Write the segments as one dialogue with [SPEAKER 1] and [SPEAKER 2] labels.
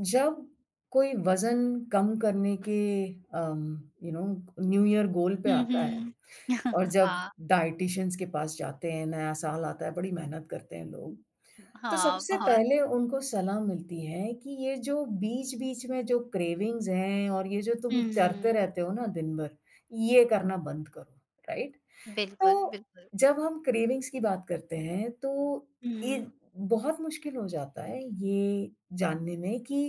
[SPEAKER 1] जब कोई वज़न कम करने के um, you know new year goal पे
[SPEAKER 2] हुँ,
[SPEAKER 1] आता है।
[SPEAKER 2] हुँ।
[SPEAKER 1] और जब
[SPEAKER 2] हाँ,
[SPEAKER 1] डाइटिशियंस के पास जाते हैं, नया साल आता है, बड़ी मेहनत करते हैं लोग। तो
[SPEAKER 2] हाँ,
[SPEAKER 1] सबसे
[SPEAKER 2] बहुत।
[SPEAKER 1] पहले उनको सलाह मिलती है कि ये जो बीच-बीच में जो क्रेविंग्स हैं और ये जो तुम चरते
[SPEAKER 2] हुँ,
[SPEAKER 1] रहते हो ना दिन भर, ये करना बंद करो, राइट?
[SPEAKER 2] बिल्कुल,
[SPEAKER 1] तो
[SPEAKER 2] बिल्कुल।
[SPEAKER 1] जब हम क्रेविंग्स की बात करते हैं तो ये
[SPEAKER 2] हुँ,
[SPEAKER 1] बहुत मुश्किल हो जाता है ये जानने में कि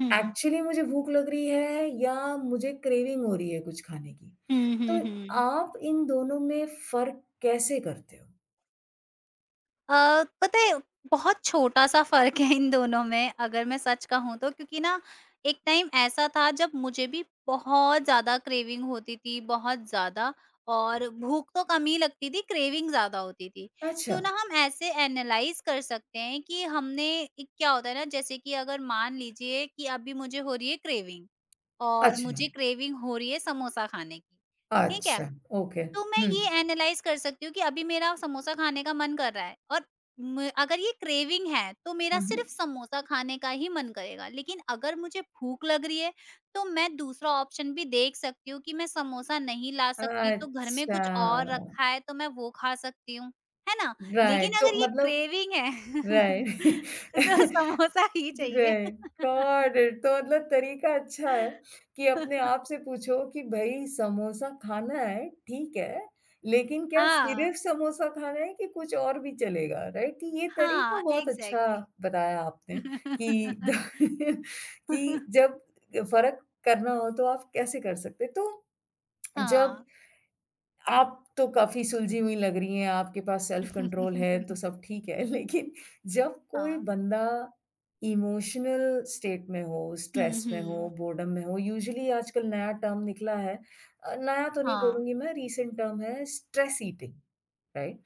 [SPEAKER 2] हुँ।
[SPEAKER 1] एक्चुअली मुझे भूख लग रही है या मुझे क्रेविंग हो रही है कुछ खाने की।
[SPEAKER 2] हुँ,
[SPEAKER 1] तो
[SPEAKER 2] हुँ, हुँ।
[SPEAKER 1] आप इन दोनों में फ़र्क कैसे करते हो?
[SPEAKER 2] पता है बहुत छोटा-सा फ़र्क है इन दोनों में अगर मैं सच कहूँ तो क्योंकि ना एक टाइम ऐसा था जब मुझे भी बहुत ज़्यादा क्रेविंग होती थी, बहुत ज़्यादा और भूख तो कम ही लगती थी, क्रेविंग ज़्यादा होती थी।
[SPEAKER 1] अच्छा,
[SPEAKER 2] तो ना हम ऐसे एनालाइज़ कर सकते हैं कि हमने एक क्या होता है ना जैसे कि अगर मान लीजिए कि अभी मुझे हो रही है क्रेविंग और
[SPEAKER 1] अच्छा।
[SPEAKER 2] मुझे क्रेविंग हो रही है समोसा खाने की, ठीक है?
[SPEAKER 1] अच्छा, ओके।
[SPEAKER 2] तो मैं
[SPEAKER 1] हुँ।
[SPEAKER 2] ये एनालाइज़ कर सकती हूँ कि अभी मेरा समोसा खाने का मन कर रहा है और म अगर ये क्रेविंग है, तो मेरा
[SPEAKER 1] हुँ,
[SPEAKER 2] सिर्फ़
[SPEAKER 1] हुँ।
[SPEAKER 2] समोसा खाने का ही मन करेगा। लेकिन अगर मुझे भूख लग रही है, तो मैं दूसरा ऑप्शन भी देख सकती हूँ कि मैं समोसा नहीं ला सकती, तो घर में
[SPEAKER 1] अच्छा,
[SPEAKER 2] कुछ और रखा है, तो मैं वो खा सकती हूँ, है ना? लेकिन
[SPEAKER 1] राइट। तो
[SPEAKER 2] अगर ये
[SPEAKER 1] मतलब
[SPEAKER 2] क्रेविंग है,
[SPEAKER 1] राइट,
[SPEAKER 2] तो समोसा ही चाहिए।
[SPEAKER 1] Right, got it. तो मतलब तरीका अच्छा है कि अपने आप से पूछो कि भई समोसा खाना है, ठीक है, लेकिन क्या
[SPEAKER 2] हाँ।
[SPEAKER 1] सिर्फ़ समोसा खाना है कि कुछ और भी चलेगा, राइट? ये तरीका
[SPEAKER 2] हाँ,
[SPEAKER 1] बहुत अच्छा
[SPEAKER 2] एग्ज़ैक्टली।
[SPEAKER 1] बताया आपने कि कि जब फ़र्क करना हो तो आप कैसे कर सकते हैं। तो जब
[SPEAKER 2] हाँ।
[SPEAKER 1] आप तो काफ़ी सुलझी हुई लग रही हैं, आपके पास सेल्फ कंट्रोल है तो सब ठीक है। लेकिन जब कोई
[SPEAKER 2] हाँ।
[SPEAKER 1] बंदा इमोशनल स्टेट में हो,
[SPEAKER 2] हुँ,
[SPEAKER 1] स्ट्रेस में हो,
[SPEAKER 2] हुँ।
[SPEAKER 1] बोर्डम में हो, यूजुअली आजकल नया टर्म निकला है। नया तो नहीं
[SPEAKER 2] हाँ,
[SPEAKER 1] बोलूँगी, मैं रीसेंट टर्म है स्ट्रेस ईटिंग, राइट?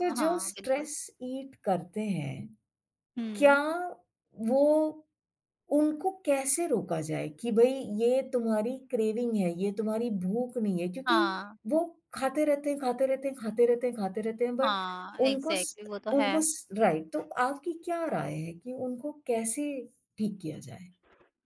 [SPEAKER 1] तो जो
[SPEAKER 2] हाँ, बिल्कुल।
[SPEAKER 1] स्ट्रेस ईट करते हैं, क्या
[SPEAKER 2] हुँ,
[SPEAKER 1] वो उनको कैसे रोका जाए कि भई ये तुम्हारी क्रेविंग है, ये तुम्हारी भूख नहीं है, क्योंकि
[SPEAKER 2] हाँ,
[SPEAKER 1] वो खाते रहते हैं, खाते रहते हैं, खाते रहते हैं, खाते रहते हैं, बट
[SPEAKER 2] हाँ,
[SPEAKER 1] उनको स
[SPEAKER 2] एग्ज़ैक्टली वो तो है।
[SPEAKER 1] उनको स राइट। तो आपकी क्या राय है कि उनको कैसे ठीक किया जाए?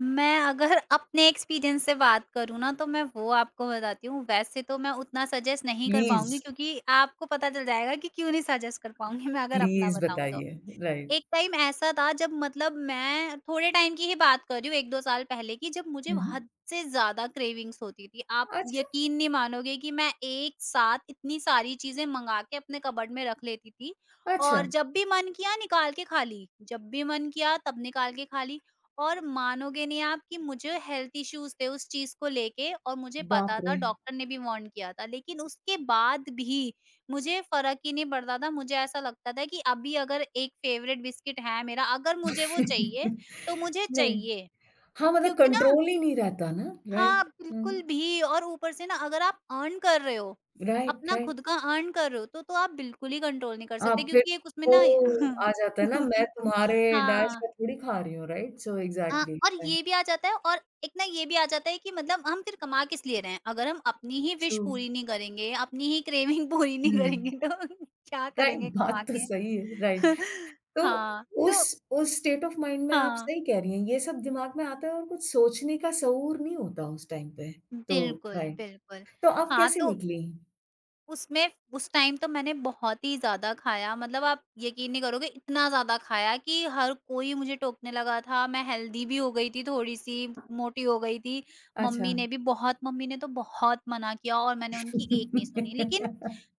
[SPEAKER 2] मैं अगर अपने एक्सपीरियंस से बात करूँ ना, तो मैं वो आपको बताती हूँ। वैसे तो मैं उतना सजेस्ट नहीं कर पाऊँगी
[SPEAKER 1] प्लीज़,
[SPEAKER 2] क्योंकि आपको पता चल जाएगा कि क्यों नहीं सजेस्ट कर पाऊँगी। मैं अगर अपना
[SPEAKER 1] प्लीज़
[SPEAKER 2] बताऊँ तो
[SPEAKER 1] बताइए। राइट।
[SPEAKER 2] एक टाइम ऐसा था जब मतलब मैं थोड़े टाइम की ही बात कर रही हूँ 1-2 साल पहले की जब मुझे
[SPEAKER 1] हुँ, हुँ।
[SPEAKER 2] हद से ज़्यादा क्रेविंग्स होती थी। आप
[SPEAKER 1] अच्छा,
[SPEAKER 2] यकीन नहीं मानोगे कि मैं एक साथ इतनी सारी चीज़ें मँगा के अपने कबर्ड में रख लेती थी
[SPEAKER 1] अच्छा।
[SPEAKER 2] और जब भी मन किया निकाल के खा ली, जब भी मन किया तब निकाल के खा ली और मानोगे नहीं आप कि मुझे हेल्थ इश्यूज़ थे उस चीज़ को लेके और मुझे
[SPEAKER 1] बाप
[SPEAKER 2] पता था
[SPEAKER 1] रे!
[SPEAKER 2] डॉक्टर ने भी वार्न किया था। लेकिन उसके बाद भी मुझे फ़र्क ही नहीं पड़ता था, मुझे ऐसा लगता था कि अभी अगर एक फ़ेवरेट बिस्किट है मेरा, अगर मुझे वो चाहिए,
[SPEAKER 1] नहीं।
[SPEAKER 2] तो मुझे चाहिए।
[SPEAKER 1] हाँ, मतलब
[SPEAKER 2] क्योंकि ना
[SPEAKER 1] कंट्रोल ही नहीं रहता ना?
[SPEAKER 2] हाँ,
[SPEAKER 1] राइट। हुँ,
[SPEAKER 2] बिल्कुल भी। और ऊपर से ना अगर आप अर्न कर रहे हो,
[SPEAKER 1] राइट,
[SPEAKER 2] अपना
[SPEAKER 1] राइट।
[SPEAKER 2] खुद का अर्न कर रहे हो, तो आप बिल्कुल ही कंट्रोल नहीं कर
[SPEAKER 1] हाँ,
[SPEAKER 2] सकते
[SPEAKER 1] फिर
[SPEAKER 2] क्योंकि एक उसमें
[SPEAKER 1] वो
[SPEAKER 2] ना
[SPEAKER 1] आ जाता है ना,
[SPEAKER 2] हाँ।
[SPEAKER 1] मैं तुम्हारे डैश
[SPEAKER 2] हाँ।
[SPEAKER 1] का थोड़ी खा रही हूँ, राइट? सो
[SPEAKER 2] हाँ,
[SPEAKER 1] एग्ज़ैक्टली
[SPEAKER 2] और
[SPEAKER 1] राइट,
[SPEAKER 2] ये भी आ जाता है और एक ना ये भी आ जाता है कि मतलब हम फिर कमा किस लिए रहे हैं? अगर हम अपनी ही
[SPEAKER 1] ट्रू।
[SPEAKER 2] विश पूरी नहीं करेंगे, अपनी ही क्रेविंग पूरी नहीं करेंगे
[SPEAKER 1] हुँ,
[SPEAKER 2] तो क्या
[SPEAKER 1] राइट,
[SPEAKER 2] करेंगे कमा
[SPEAKER 1] बात तो
[SPEAKER 2] के?
[SPEAKER 1] सही है, राइट। तो
[SPEAKER 2] हाँ,
[SPEAKER 1] उस
[SPEAKER 2] तो
[SPEAKER 1] उस स्टेट ऑफ़ माइंड में आप
[SPEAKER 2] हाँ,
[SPEAKER 1] सही कह रही हैं, ये सब दिमाग में आता है और कुछ सोचने का शऊर नहीं होता उस टाइम पे। तो
[SPEAKER 2] बिल्कुल,
[SPEAKER 1] राइट,
[SPEAKER 2] बिल्कुल।
[SPEAKER 1] तो आप
[SPEAKER 2] हाँ,
[SPEAKER 1] कैसे
[SPEAKER 2] तो
[SPEAKER 1] निकली?
[SPEAKER 2] उसमें उस टाइम तो मैंने बहुत ही ज़्यादा खाया मतलब आप यकीन नहीं करोगे इतना ज़्यादा खाया कि हर कोई मुझे टोकने लगा था। मैं हेल्दी भी हो गई थी थोड़ी-सी, मोटी हो गई थी।
[SPEAKER 1] अच्छा।
[SPEAKER 2] मम्मी ने तो बहुत मना किया और मैंने उनकी एक नहीं सुनी। लेकिन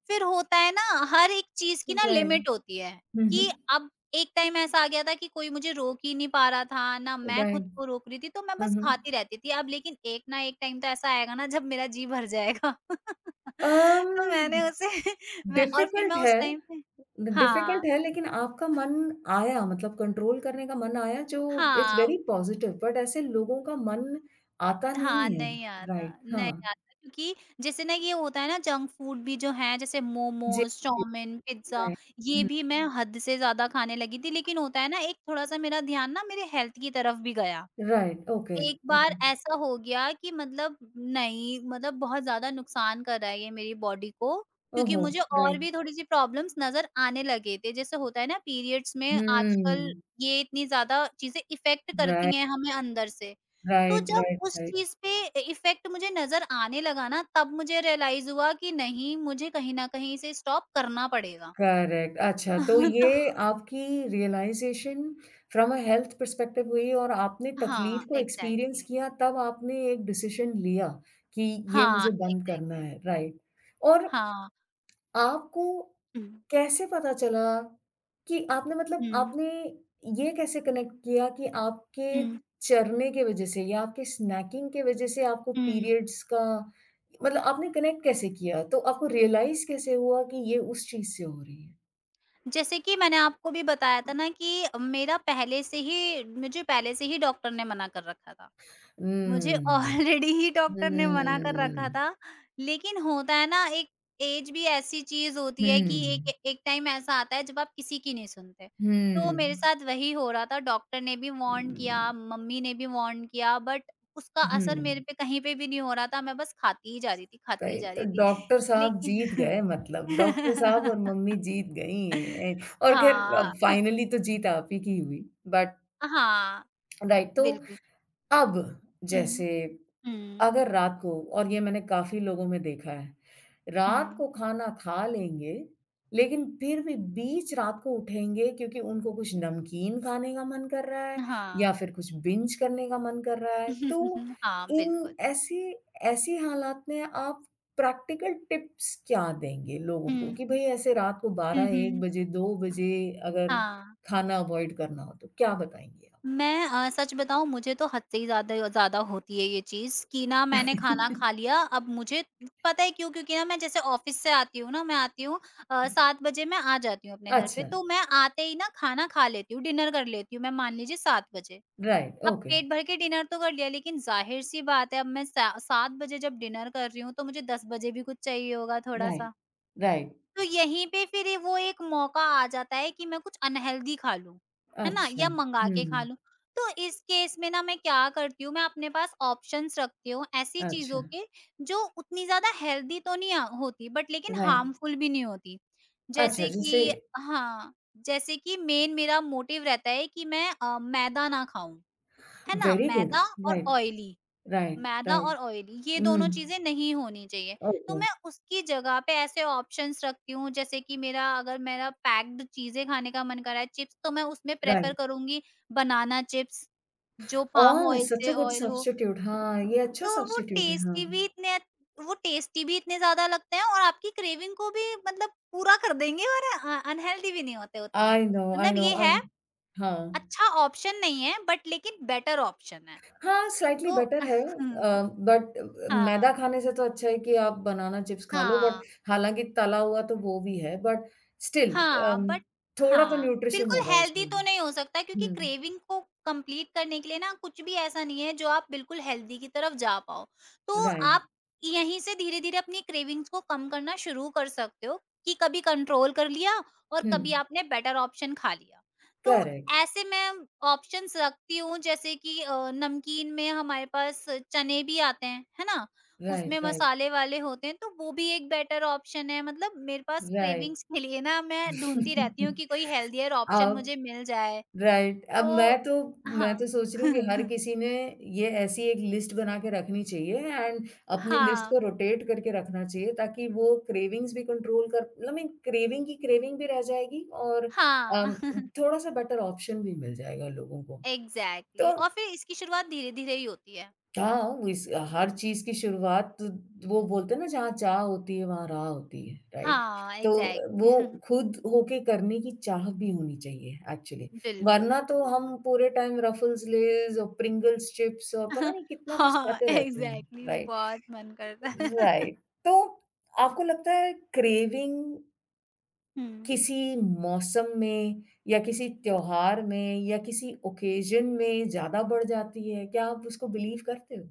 [SPEAKER 2] फिर होता है ना हर एक चीज़ की ना
[SPEAKER 1] राइट,
[SPEAKER 2] लिमिट होती है,
[SPEAKER 1] हुँ, हुँ,
[SPEAKER 2] कि अब एक टाइम ऐसा आ गया था कि कोई मुझे रोक ही नहीं पा रहा था, ना मैं खुद
[SPEAKER 1] राइट,
[SPEAKER 2] को रोक रही थी, तो मैं
[SPEAKER 1] हुँ,
[SPEAKER 2] बस खाती
[SPEAKER 1] हुँ।
[SPEAKER 2] रहती थी। अब लेकिन एक ना एक टाइम तो ऐसा आएगा ना जब मेरा जी भर जाएगा।
[SPEAKER 1] अम,
[SPEAKER 2] तो मैंने उसे मैं और फिर मैं
[SPEAKER 1] डिफ़िकल्ट
[SPEAKER 2] उस
[SPEAKER 1] है,
[SPEAKER 2] टाइम पे
[SPEAKER 1] डिफ़िकल्ट
[SPEAKER 2] हाँ,
[SPEAKER 1] है, लेकिन आपका मन आया, मतलब कंट्रोल करने का मन आया, जो इट्स
[SPEAKER 2] हाँ,
[SPEAKER 1] वेरी पॉज़िटिव, बट ऐसे लोगों का मन आता नहीं
[SPEAKER 2] हाँ,
[SPEAKER 1] है।
[SPEAKER 2] नहीं आता,
[SPEAKER 1] राइट, हाँ।
[SPEAKER 2] नहीं आता क्योंकि जैसे ना ये होता है ना जंक फूड भी जो हैं जैसे
[SPEAKER 1] जी,
[SPEAKER 2] मोमोज़,
[SPEAKER 1] जी,
[SPEAKER 2] चाउमीन, पिज़्ज़ा
[SPEAKER 1] राइट।
[SPEAKER 2] ये
[SPEAKER 1] हुँ,
[SPEAKER 2] भी मैं हद से ज़्यादा खाने लगी थी। लेकिन होता है ना एक थोड़ा-सा मेरा ध्यान ना मेरे हेल्थ की तरफ भी गया।
[SPEAKER 1] राइट, ओके,
[SPEAKER 2] एक बार
[SPEAKER 1] ओके।
[SPEAKER 2] ऐसा हो गया कि मतलब नहीं मतलब बहुत ज़्यादा नुकसान कर रहा है ये मेरी बॉडी को
[SPEAKER 1] ओह
[SPEAKER 2] क्योंकि
[SPEAKER 1] हो!
[SPEAKER 2] मुझे और
[SPEAKER 1] राइट।
[SPEAKER 2] भी थोड़ी-सी प्रॉब्लम्स नज़र आने लगे थे। जैसे होता है ना पीरियड्स में आजकल
[SPEAKER 1] हुँ,
[SPEAKER 2] ये इतनी ज़्यादा चीज़ें इफ़ेक्ट करती
[SPEAKER 1] राइट,
[SPEAKER 2] हैं हमें अंदर से। तो
[SPEAKER 1] राइट,
[SPEAKER 2] जब
[SPEAKER 1] राइट,
[SPEAKER 2] उस
[SPEAKER 1] राइट।
[SPEAKER 2] चीज़ पे इ इफ़ेक्ट मुझे नज़र आने लगा ना, तब मुझे रियलाइज़ हुआ कि नहीं, मुझे कहीं न कहीं इसे स्टॉप करना पड़ेगा।
[SPEAKER 1] करेक्ट, अच्छा, तो
[SPEAKER 2] तो
[SPEAKER 1] ये आपकी realisation from a health perspective हुई और आपने
[SPEAKER 2] हाँ,
[SPEAKER 1] तकलीफ़ को एक्सपीरियंस
[SPEAKER 2] एग्ज़ैक्टली।
[SPEAKER 1] किया, तब आपने एक डिसीज़न लिया कि ये
[SPEAKER 2] हाँ,
[SPEAKER 1] मुझे बंद करना
[SPEAKER 2] एग्ज़ैक्टली।
[SPEAKER 1] है, राइट। और
[SPEAKER 2] हाँ।
[SPEAKER 1] आपको
[SPEAKER 2] हुँ,
[SPEAKER 1] कैसे पता चला कि आपने मतलब
[SPEAKER 2] हुँ,
[SPEAKER 1] आपने ये कैसे कनेक्ट किया कि आपके
[SPEAKER 2] हुँ,
[SPEAKER 1] चरने के वज़ह से या आपके स्नैकिंग के वज़ह से आपको
[SPEAKER 2] हुँ।
[SPEAKER 1] पीरियड्स का मतलब आपने कनेक्ट कैसे किया? तो आपको रियलाइज़ कैसे हुआ कि ये उस चीज़ से हो रही है?
[SPEAKER 2] जैसे कि मैंने आपको भी बताया था ना कि मेरा पहले से ही मुझे पहले से ही डॉक्टर ने मना कर रखा था। मुझे
[SPEAKER 1] Mm.
[SPEAKER 2] ऑलरेडी ही डॉक्टर ने मना कर रखा
[SPEAKER 1] Mm,
[SPEAKER 2] था, लेकिन होता है ना एक एज भी ऐसी चीज़ होती है कि
[SPEAKER 1] हम्म,
[SPEAKER 2] एक एक टाइम ऐसा आता है जब आप किसी की नहीं सुनते। तो मेरे
[SPEAKER 1] हुँ,
[SPEAKER 2] साथ वही हो रहा था, डॉक्टर ने भी वार्न किया,
[SPEAKER 1] हुँ,
[SPEAKER 2] मम्मी ने भी वार्न किया बट उसका
[SPEAKER 1] हुँ,
[SPEAKER 2] असर मेरे पे कहीं पे भी नहीं हो रहा था, मैं बस खाती ही जा रही थी, खाती ही
[SPEAKER 1] सही।
[SPEAKER 2] जा
[SPEAKER 1] तो
[SPEAKER 2] रही थी।
[SPEAKER 1] डॉक्टर साहब जीत
[SPEAKER 2] लेकिन
[SPEAKER 1] गए, मतलब डॉक्टर साहब और मम्मी जीत गईं। ए और ख़ैर,
[SPEAKER 2] हाँ,
[SPEAKER 1] फाइनली तो जीत आप ही की हुई, बट
[SPEAKER 2] हाँ,
[SPEAKER 1] राइट। तो
[SPEAKER 2] बिल्कुल।
[SPEAKER 1] अब
[SPEAKER 2] हुँ,
[SPEAKER 1] जैसे
[SPEAKER 2] हुँ,
[SPEAKER 1] अगर रात को, और ये मैंने काफ़ी लोगों में देखा है,
[SPEAKER 2] हुँ,
[SPEAKER 1] रात को खाना खा लेंगे, लेकिन फिर भी बीच रात को उठेंगे क्योंकि उनको कुछ नमकीन खाने का मन कर रहा है या
[SPEAKER 2] हाँ।
[SPEAKER 1] फिर कुछ बिंज करने का मन कर रहा है। तो
[SPEAKER 2] हाँ, बिल्कुल।
[SPEAKER 1] इन ऐसे, ऐसी हालात में आप प्रैक्टिकल टिप्स क्या देंगे लोगों को
[SPEAKER 2] हुँ।
[SPEAKER 1] कि भई ऐसे रात को
[SPEAKER 2] हुँ,
[SPEAKER 1] 12-1
[SPEAKER 2] हुँ।
[SPEAKER 1] बजे, 2 बजे अगर
[SPEAKER 2] हाँ,
[SPEAKER 1] खाना अवॉइड करना हो तो क्या बताएँगी आप?
[SPEAKER 2] मैं सच बताऊँ मुझे तो हद से ही ज़्यादा ज़्यादा होती है ये चीज़ कि ना मैंने खाना खा लिया अब मुझे पता है क्यों? क्योंकि ना मैं जैसे ऑफ़िस से आती हूँ ना मैं आती हूँ 7 बजे मैं आ जाती हूँ अपने घर पे
[SPEAKER 1] अच्छा,
[SPEAKER 2] तो मैं आते ही ना खाना खा लेती हूँ, डिनर कर लेती हूँ मैं मान लीजिए 7 बजे।
[SPEAKER 1] राइट,
[SPEAKER 2] अब
[SPEAKER 1] ओके।
[SPEAKER 2] पेट भर के डिनर तो कर लिया लेकिन ज़ाहिर-सी बात है अब मैं सा 7 बजे जब डिनर कर रही हूँ तो मुझे 10 बजे भी कुछ चाहिए होगा
[SPEAKER 1] राइट,
[SPEAKER 2] थोड़ा-सा।
[SPEAKER 1] राइट।
[SPEAKER 2] तो यहीं पे फिर ये वो एक मौका आ जाता है कि मैं कुछ अनहेल्दी खा लूँ, है ना?
[SPEAKER 1] अच्छा,
[SPEAKER 2] या मंगा के खा
[SPEAKER 1] हुँ,
[SPEAKER 2] लूँ। तो इस केस में ना मैं क्या करती हूँ, मैं अपने पास ऑप्शंस रखती हूँ ऐसी
[SPEAKER 1] अच्छा,
[SPEAKER 2] चीज़ों के जो उतनी ज़्यादा हेल्दी तो नहीं होती बट लेकिन
[SPEAKER 1] राइट,
[SPEAKER 2] हार्मफुल भी नहीं होती।
[SPEAKER 1] अच्छा,
[SPEAKER 2] जैसे
[SPEAKER 1] जैसे
[SPEAKER 2] कि हाँ, जैसे कि मेन मेरा मोटिव रहता है कि मैं मैदा ना खाऊँ, है ना?
[SPEAKER 1] वेरी गुड,
[SPEAKER 2] मैदा और
[SPEAKER 1] राइट,
[SPEAKER 2] ऑयली।
[SPEAKER 1] राइट,
[SPEAKER 2] मैदा
[SPEAKER 1] राइट,
[SPEAKER 2] और ऑयल ये
[SPEAKER 1] हुँ,
[SPEAKER 2] दोनों चीज़ें नहीं होनी चाहिए। तो
[SPEAKER 1] ओके,
[SPEAKER 2] मैं उसकी जगह पे ऐसे ऑप्शंस रखती हूँ जैसे कि मेरा अगर मेरा पैक्ड चीज़ें खाने का मन कर रहा है चिप्स तो मैं उसमें प्रेफ़र
[SPEAKER 1] राइट।
[SPEAKER 2] करूँगी बनाना चिप्स जो पाम
[SPEAKER 1] ओह!
[SPEAKER 2] ऑयल
[SPEAKER 1] सच
[SPEAKER 2] से
[SPEAKER 1] अ गुड
[SPEAKER 2] ऑयल हो।
[SPEAKER 1] सब्स्टिट्यूट। हाँ, ये अच्छा
[SPEAKER 2] तो
[SPEAKER 1] सब्स्टिट्यूट है, हाँ।
[SPEAKER 2] वो टेस्टी भी इतने ज़्यादा लगते हैं और आपकी क्रेविंग को भी मतलब पूरा कर देंगे और अनहेल्दी भी नहीं होते उतने।
[SPEAKER 1] आई नो, आई
[SPEAKER 2] मतलब
[SPEAKER 1] नो।
[SPEAKER 2] ये
[SPEAKER 1] और
[SPEAKER 2] है
[SPEAKER 1] हाँ,
[SPEAKER 2] अच्छा ऑप्शन नहीं है बट लेकिन बेटर ऑप्शन है।
[SPEAKER 1] हाँ, स्लाइटली
[SPEAKER 2] तो
[SPEAKER 1] बेटर है,
[SPEAKER 2] हाँ।
[SPEAKER 1] बट मैदा
[SPEAKER 2] हाँ।
[SPEAKER 1] खाने से तो अच्छा है कि आप बनाना चिप्स खा लो, बट
[SPEAKER 2] हाँ।
[SPEAKER 1] हालाँकि तला हुआ तो वो भी है, बट स्टिल,
[SPEAKER 2] हाँ,
[SPEAKER 1] अम,
[SPEAKER 2] बट
[SPEAKER 1] थोड़ा तो
[SPEAKER 2] हाँ,
[SPEAKER 1] न्यूट्रिशन
[SPEAKER 2] बिल्कुल
[SPEAKER 1] होगा
[SPEAKER 2] हेल्दी
[SPEAKER 1] उसमें।
[SPEAKER 2] तो नहीं हो सकता क्योंकि
[SPEAKER 1] हुँ,
[SPEAKER 2] क्रेविंग को कंप्लीट करने के लिए ना कुछ भी ऐसा नहीं है जो आप बिल्कुल हेल्दी की तरफ जा पाओ। तो
[SPEAKER 1] राइट,
[SPEAKER 2] आप यहीं से धीरे-धीरे अपनी क्रेविंग्स को कम करना शुरू कर सकते हो कि कभी कंट्रोल कर लिया और
[SPEAKER 1] हुँ,
[SPEAKER 2] कभी आपने बेटर ऑप्शन खा लिया। तो
[SPEAKER 1] करेक्ट।
[SPEAKER 2] ऐसे मैं ऑप्शंस रखती हूँ जैसे कि नमकीन में हमारे पास चने भी आते हैं, है ना? उसमें
[SPEAKER 1] राइट, राइट,
[SPEAKER 2] मसाले वाले होते हैं, तो वो भी एक बेटर ऑप्शन है। मतलब मेरे पास
[SPEAKER 1] राइट।
[SPEAKER 2] क्रेविंग्स के लिए ना मैं ढूँढती रहती हूँ कि कोई हेल्थियर ऑप्शन
[SPEAKER 1] अब
[SPEAKER 2] मुझे मिल जाए।
[SPEAKER 1] राइट, अब
[SPEAKER 2] तो
[SPEAKER 1] मैं तो मैं
[SPEAKER 2] हाँ।
[SPEAKER 1] तो सोच रही हूँ कि हर किसी ने ये ऐसी एक लिस्ट बना के रखनी चाहिए, एंड अपनी लिस्ट
[SPEAKER 2] हाँ,
[SPEAKER 1] को रोटेट करके रखना चाहिए, ताकि वो क्रेविंग्स भी कंट्रोल कर, मतलब मीन क्रेविंग की क्रेविंग भी रह जाएगी और
[SPEAKER 2] हाँ।
[SPEAKER 1] अम, थोड़ा-सा बेटर ऑप्शन भी मिल जाएगा लोगों को।
[SPEAKER 2] एग्ज़ैक्टली
[SPEAKER 1] तो
[SPEAKER 2] और फिर इसकी शुरुआत धीरे-धीरे ही होती है।
[SPEAKER 1] हाँ, वो इस, हर चीज़ की शुरुआत तो, वो बोलते हैं ना, जहाँ चाह होती है वहाँ राह होती है, राइट?
[SPEAKER 2] हाँ,
[SPEAKER 1] तो
[SPEAKER 2] एग्ज़ैक्टली।
[SPEAKER 1] वो खुद होके करने की चाह भी होनी चाहिए एक्चुअली,
[SPEAKER 2] बिल्कुल,
[SPEAKER 1] वरना तो
[SPEAKER 2] बिल्कुल।
[SPEAKER 1] हम पूरे टाइम रफल्स, लेज़ और प्रिंगल्स चिप्स और पता नहीं कितना कुछ
[SPEAKER 2] हाँ,
[SPEAKER 1] खाते रहते हैं,
[SPEAKER 2] एग्ज़ैक्टली
[SPEAKER 1] राइट?
[SPEAKER 2] बहुत मन करता है।
[SPEAKER 1] राइट, तो आपको लगता है क्रेविंग
[SPEAKER 2] हुँ।
[SPEAKER 1] किसी मौसम में या किसी त्योहार में या किसी ओकेज़न में ज़्यादा बढ़ जाती है, क्या आप उसको बिलीव करते हो?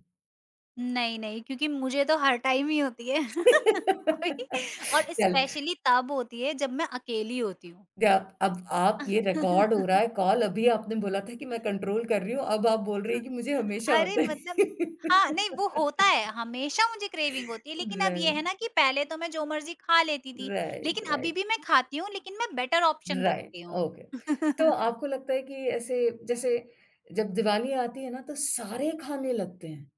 [SPEAKER 2] नहीं, नहीं, क्योंकि मुझे तो हर टाइम ही होती है। कोई और
[SPEAKER 1] चल
[SPEAKER 2] स्पेशली तब होती है जब मैं अकेली होती हूँ।
[SPEAKER 1] जा, अब आप, ये रिकॉर्ड हो रहा है कॉल, अभी आपने बोला था कि मैं कंट्रोल कर रही हूँ, अब आप बोल रही हैं कि मुझे हमेशा
[SPEAKER 2] अरे
[SPEAKER 1] होता
[SPEAKER 2] मतलब
[SPEAKER 1] है।
[SPEAKER 2] हाँ, नहीं वो होता है, हमेशा मुझे क्रेविंग होती है लेकिन अब ये
[SPEAKER 1] राइट,
[SPEAKER 2] है ना कि पहले तो मैं जो मर्ज़ी खा लेती थी,
[SPEAKER 1] राइट,
[SPEAKER 2] लेकिन अभी
[SPEAKER 1] राइट,
[SPEAKER 2] भी मैं खाती हूँ लेकिन मैं बेटर ऑप्शन
[SPEAKER 1] राइट,
[SPEAKER 2] रखती हूँ।
[SPEAKER 1] ओके। तो आपको लगता है कि ऐसे जैसे जब दिवाली आती है ना तो सारे खाने लगते हैं।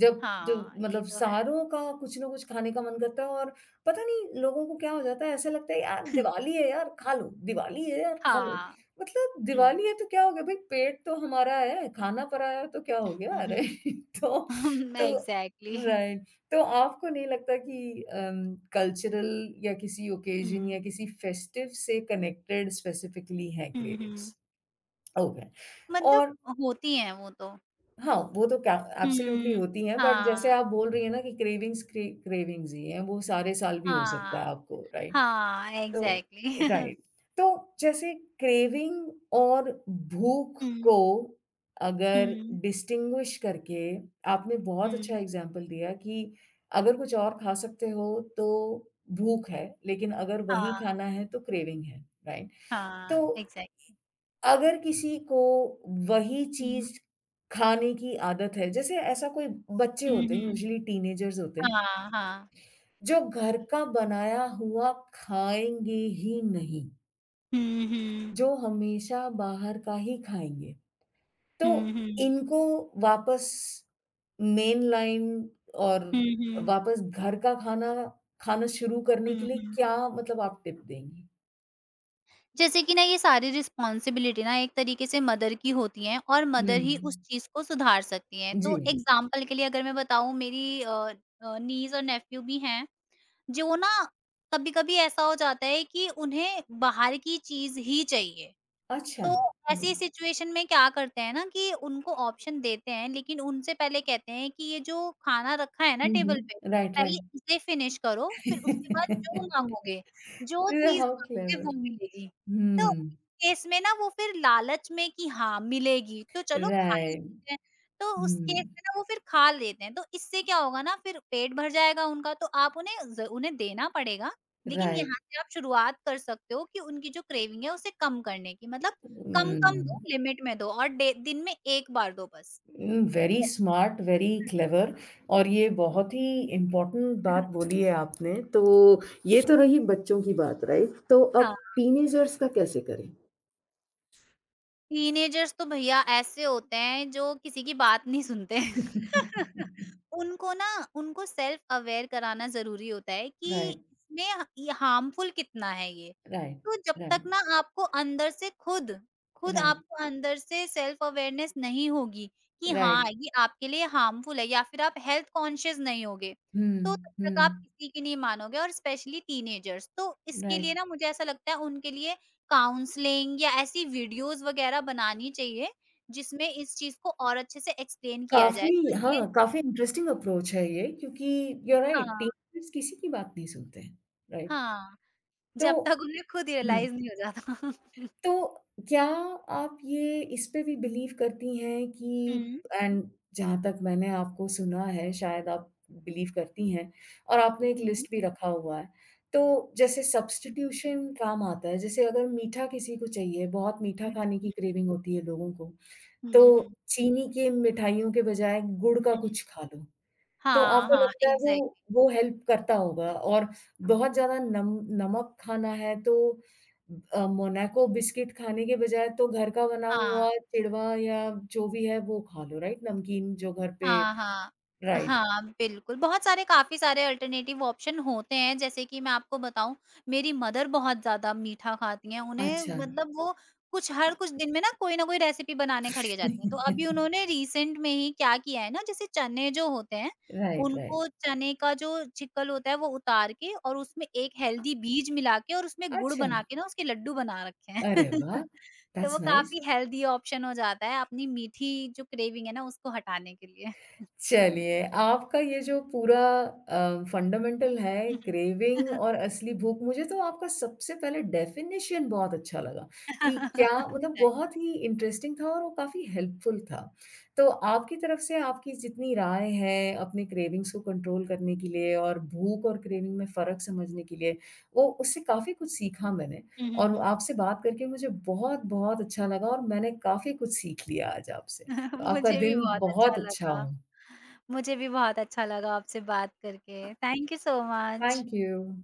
[SPEAKER 1] जब जब,
[SPEAKER 2] हाँ, ये
[SPEAKER 1] मतलब
[SPEAKER 2] तो है।
[SPEAKER 1] सारों का कुछ ना कुछ खाने का मन करता है और पता नहीं लोगों को क्या हो जाता है, ऐसा लगता है यार दिवाली है यार खा लो, दिवाली है यार खा लो।
[SPEAKER 2] हाँ।
[SPEAKER 1] मतलब
[SPEAKER 2] हुँ,
[SPEAKER 1] दिवाली है तो क्या हो गया, भाई पेट तो हमारा है, खाना पराया तो क्या हो
[SPEAKER 2] हुँ,
[SPEAKER 1] गया,
[SPEAKER 2] हुँ,
[SPEAKER 1] राइट? तो
[SPEAKER 2] हुँ।
[SPEAKER 1] तो
[SPEAKER 2] एग्ज़ैक्टली।
[SPEAKER 1] राइट, तो आपको नहीं लगता कि कल्चरल या किसी ओकेजन
[SPEAKER 2] हुँ,
[SPEAKER 1] या किसी फेस्टिव से कनेक्टेड स्पेसिफिकली है
[SPEAKER 2] हुँ, हुँ।
[SPEAKER 1] क्रेविंग्स? ओके। और
[SPEAKER 2] मतलब होती हैं वो तो।
[SPEAKER 1] हाँ, वो तो क्या, एब्सोल्युटली
[SPEAKER 2] हुँ।
[SPEAKER 1] होती हैं, बट जैसे
[SPEAKER 2] हाँ,
[SPEAKER 1] आप बोल रही हैं ना कि क्रेविंग्स, क्रेविंग्स ही हैं, वो सारे साल भी हो सकता है
[SPEAKER 2] हाँ,
[SPEAKER 1] आपको, राइट?
[SPEAKER 2] हाँ,
[SPEAKER 1] तो
[SPEAKER 2] एग्ज़ैक्टली।
[SPEAKER 1] राइट, तो जैसे क्रेविंग और भूख
[SPEAKER 2] हुँ,
[SPEAKER 1] को अगर
[SPEAKER 2] हुँ,
[SPEAKER 1] डिस्टिंग्विश करके आपने बहुत अच्छा
[SPEAKER 2] हुँ।
[SPEAKER 1] एग्ज़ाम्पल दिया कि अगर कुछ और खा सकते हो तो भूख है, लेकिन अगर वही
[SPEAKER 2] हाँ,
[SPEAKER 1] खाना है तो क्रेविंग है, राइट?
[SPEAKER 2] हाँ,
[SPEAKER 1] तो
[SPEAKER 2] एग्ज़ैक्टली।
[SPEAKER 1] अगर किसी को वही
[SPEAKER 2] हुँ,
[SPEAKER 1] चीज़ खाने की आदत है, जैसे ऐसा कोई, बच्चे
[SPEAKER 2] हुँ,
[SPEAKER 1] होते हैं,
[SPEAKER 2] हुँ।
[SPEAKER 1] यूजुअली टीनेजर्स होते हैं,
[SPEAKER 2] हाँ, हाँ।
[SPEAKER 1] जो घर का बनाया हुआ खाएँगे ही नहीं,
[SPEAKER 2] हुँ, हुँ,
[SPEAKER 1] जो हमेशा बाहर का ही खाएँगे। तो
[SPEAKER 2] हुँ, हुँ।
[SPEAKER 1] इनको वापस मेन लाइन और
[SPEAKER 2] हुँ, हुँ,
[SPEAKER 1] वापस घर का खाना खाना शुरू करने के
[SPEAKER 2] हुँ,
[SPEAKER 1] लिए
[SPEAKER 2] हुँ।
[SPEAKER 1] क्या, मतलब आप टिप देंगी?
[SPEAKER 2] जैसे कि ना ये सारी रिस्पॉन्सिबिलिटी ना एक तरीके से मदर की होती हैं और
[SPEAKER 1] हुँ,
[SPEAKER 2] मदर ही उस चीज़ को सुधार सकती हैं। तो
[SPEAKER 1] जी।
[SPEAKER 2] एग्ज़ाम्पल के लिए अगर मैं बताऊँ मेरी नीज़ और नेफ़्यू भी हैं। जो ना कभी-कभी ऐसा हो जाता है कि उन्हें बाहर की चीज़ ही चाहिए।
[SPEAKER 1] अच्छा।
[SPEAKER 2] तो
[SPEAKER 1] हुँ,
[SPEAKER 2] ऐसी सिचुएशन में क्या करते हैं ना कि उनको ऑप्शन देते हैं लेकिन उनसे पहले कहते हैं कि ये जो खाना रखा है ना
[SPEAKER 1] हुँ,
[SPEAKER 2] टेबल पे
[SPEAKER 1] हुँ, राइट,
[SPEAKER 2] पहले
[SPEAKER 1] राइट।
[SPEAKER 2] इसे फिनिश करो फिर उसके बाद जो मांगोगे जो
[SPEAKER 1] Yeah,
[SPEAKER 2] चीज
[SPEAKER 1] how
[SPEAKER 2] मांगोगे
[SPEAKER 1] clever.
[SPEAKER 2] वो मिलेगी। तो
[SPEAKER 1] Hmm.
[SPEAKER 2] केस में ना वो फिर लालच में कि हाँ मिलेगी तो चलो खा ही
[SPEAKER 1] Right.
[SPEAKER 2] लेते हैं, तो उस केस
[SPEAKER 1] Hmm.
[SPEAKER 2] में ना वो फिर खा लेते हैं तो इससे क्या होगा ना फिर पेट भर जाएगा उनका तो आप उन्हें उन्हें देना पड़ेगा। लेकिन
[SPEAKER 1] Right.
[SPEAKER 2] यहाँ से आप शुरुआत कर सकते हो कि उनकी जो क्रेविंग है उसे कम करने की मतलब कम-कम दो,
[SPEAKER 1] Hmm.
[SPEAKER 2] लिमिट में दो और डे दिन में 1 बार दो बस।
[SPEAKER 1] Hmm, very smart, very clever और ये बहुत ही इम्पोर्टेंट बात बोली है आपने। तो ये तो रही बच्चों की बात, राइट? तो
[SPEAKER 2] हाँ,
[SPEAKER 1] अब टीनेजर्स का कैसे करें?
[SPEAKER 2] टीनेजर्स तो भैया ऐसे होते हैं जो किसी की बात नहीं सुनते हैं। उनको ना उनको सेल्फ अवेयर कराना ज़रूरी होता है कि
[SPEAKER 1] राइट,
[SPEAKER 2] इसमें ह ये हार्मफुल कितना है ये।
[SPEAKER 1] राइट,
[SPEAKER 2] तो जब तक
[SPEAKER 1] राइट,
[SPEAKER 2] ना आपको अंदर से खुद, खुद
[SPEAKER 1] राइट,
[SPEAKER 2] आपको अंदर से सेल्फ अवेयरनेस नहीं होगी कि हाँ,
[SPEAKER 1] राइट,
[SPEAKER 2] ये आपके लिए हार्मफुल है या फिर आप हेल्थ कॉन्शियस नहीं होगे, तो
[SPEAKER 1] हम्म,
[SPEAKER 2] तब तक आप
[SPEAKER 1] हम्म,
[SPEAKER 2] किसी की नहीं मानोगे और स्पेशली टीनेजर्स। तो इसके
[SPEAKER 1] राइट,
[SPEAKER 2] लिए ना मुझे ऐसा लगता है उनके लिए काउंसलिंग या ऐसी वीडियोज़ वगैरह बनानी चाहिए, जिसमें इस चीज़ को और अच्छे से एक्सप्लेन किया जाए।
[SPEAKER 1] काफी,
[SPEAKER 2] तो ये
[SPEAKER 1] हाँ, काफी इंटरेस्टिंग अप्रोच है ये, क्योंकि यू आर
[SPEAKER 2] हाँ,
[SPEAKER 1] राइट, टीनेजर्स किसी की बात नहीं सुनते हैं, राइट?
[SPEAKER 2] हाँ,
[SPEAKER 1] तो
[SPEAKER 2] जब तक उन्हें खुद
[SPEAKER 1] हुँ।
[SPEAKER 2] रियलाइज़ नहीं हो जाता।
[SPEAKER 1] तो क्या आप ये, इस पे भी बिलीव करती हैं कि
[SPEAKER 2] हुँ।
[SPEAKER 1] एंड, जहाँ तक मैंने आपको सुना है शायद आप बिलीव करती हैं और आपने एक
[SPEAKER 2] हुँ, हुँ।
[SPEAKER 1] लिस्ट भी रखा हुआ है। तो जैसे
[SPEAKER 2] हुँ, हुँ।
[SPEAKER 1] सब्स्टिट्यूशन काम आता है, जैसे अगर मीठा किसी को चाहिए, बहुत मीठा खाने की क्रेविंग होती है लोगों को,
[SPEAKER 2] हुँ,
[SPEAKER 1] तो
[SPEAKER 2] हुँ।
[SPEAKER 1] चीनी की मिठाइयों के बजाय गुड़ का
[SPEAKER 2] हुँ।
[SPEAKER 1] कुछ खा लो। तो
[SPEAKER 2] हाँ,
[SPEAKER 1] आपको
[SPEAKER 2] हाँ,
[SPEAKER 1] लगता है वो
[SPEAKER 2] एग्ज़ैक्टली।
[SPEAKER 1] वो हेल्प करता होगा। और बहुत ज़्यादा नम नमक खाना है तो मोनाको बिस्किट खाने के बजाय तो घर का बना
[SPEAKER 2] हाँ।
[SPEAKER 1] हुआ चिड़वा या जो भी है वो खा लो, राइट? नमकीन जो घर पे,
[SPEAKER 2] हाँ, हाँ।
[SPEAKER 1] राइट,
[SPEAKER 2] हाँ, बिल्कुल, बहुत सारे काफ़ी सारे अल्टरनेटिव ऑप्शन होते हैं, जैसे कि मैं आपको बताऊँ, मेरी मदर बहुत ज़्यादा मीठा खाती हैं, उन्हें
[SPEAKER 1] अच्छा।
[SPEAKER 2] मतलब वो कुछ हर कुछ दिन में ना कोई रेसिपी बनाने खड़ी हो जाती हैं। तो अभी उन्होंने रिसेंट में ही क्या किया है ना, जैसे चने जो होते हैं,
[SPEAKER 1] राइट, राइट।
[SPEAKER 2] उनको चने का जो छिक्कल होता है वो उतार के और उसमें एक हेल्दी बीज मिला के और उसमें गुड़
[SPEAKER 1] अच्छा,
[SPEAKER 2] बना के ना उसके लड्डू बना रखे हैं।
[SPEAKER 1] अरे वाह!
[SPEAKER 2] तो वो
[SPEAKER 1] दैट्स नाइस।
[SPEAKER 2] काफ़ी हेल्दी ऑप्शन हो जाता है, अपनी मीठी जो क्रेविंग है ना, उसको हटाने के लिए।
[SPEAKER 1] चलिए, आपका ये जो पूरा फंडामेंटल है
[SPEAKER 2] हुँ, हुँ।
[SPEAKER 1] क्रेविंग और असली भूख, मुझे तो आपका सबसे पहले डेफ़िनिशन बहुत अच्छा लगा कि क्या, मतलब
[SPEAKER 2] थैंक
[SPEAKER 1] बहुत
[SPEAKER 2] यू।
[SPEAKER 1] ही इंटरेस्टिंग था और वो काफ़ी हेल्पफुल था। तो आपकी तरफ से आपकी जितनी राय है अपने क्रेविंग्स को कंट्रोल करने के लिए और भूख और क्रेविंग में फ़र्क समझने के लिए, वो, उससे काफ़ी कुछ सीखा मैंने
[SPEAKER 2] हुँ, हुँ,
[SPEAKER 1] और
[SPEAKER 2] हुँ, हुँ।
[SPEAKER 1] आपसे बात करके मुझे बहुत-बहुत अच्छा लगा और मैंने काफ़ी कुछ सीख लिया आज आपसे। तो आपका
[SPEAKER 2] मुझे भी
[SPEAKER 1] दिन
[SPEAKER 2] बहुत अच्छा
[SPEAKER 1] बहुत अच्छा
[SPEAKER 2] लगा।
[SPEAKER 1] हो।
[SPEAKER 2] मुझे भी बहुत अच्छा लगा आपसे बात करके। Thank you so much.
[SPEAKER 1] Thank you.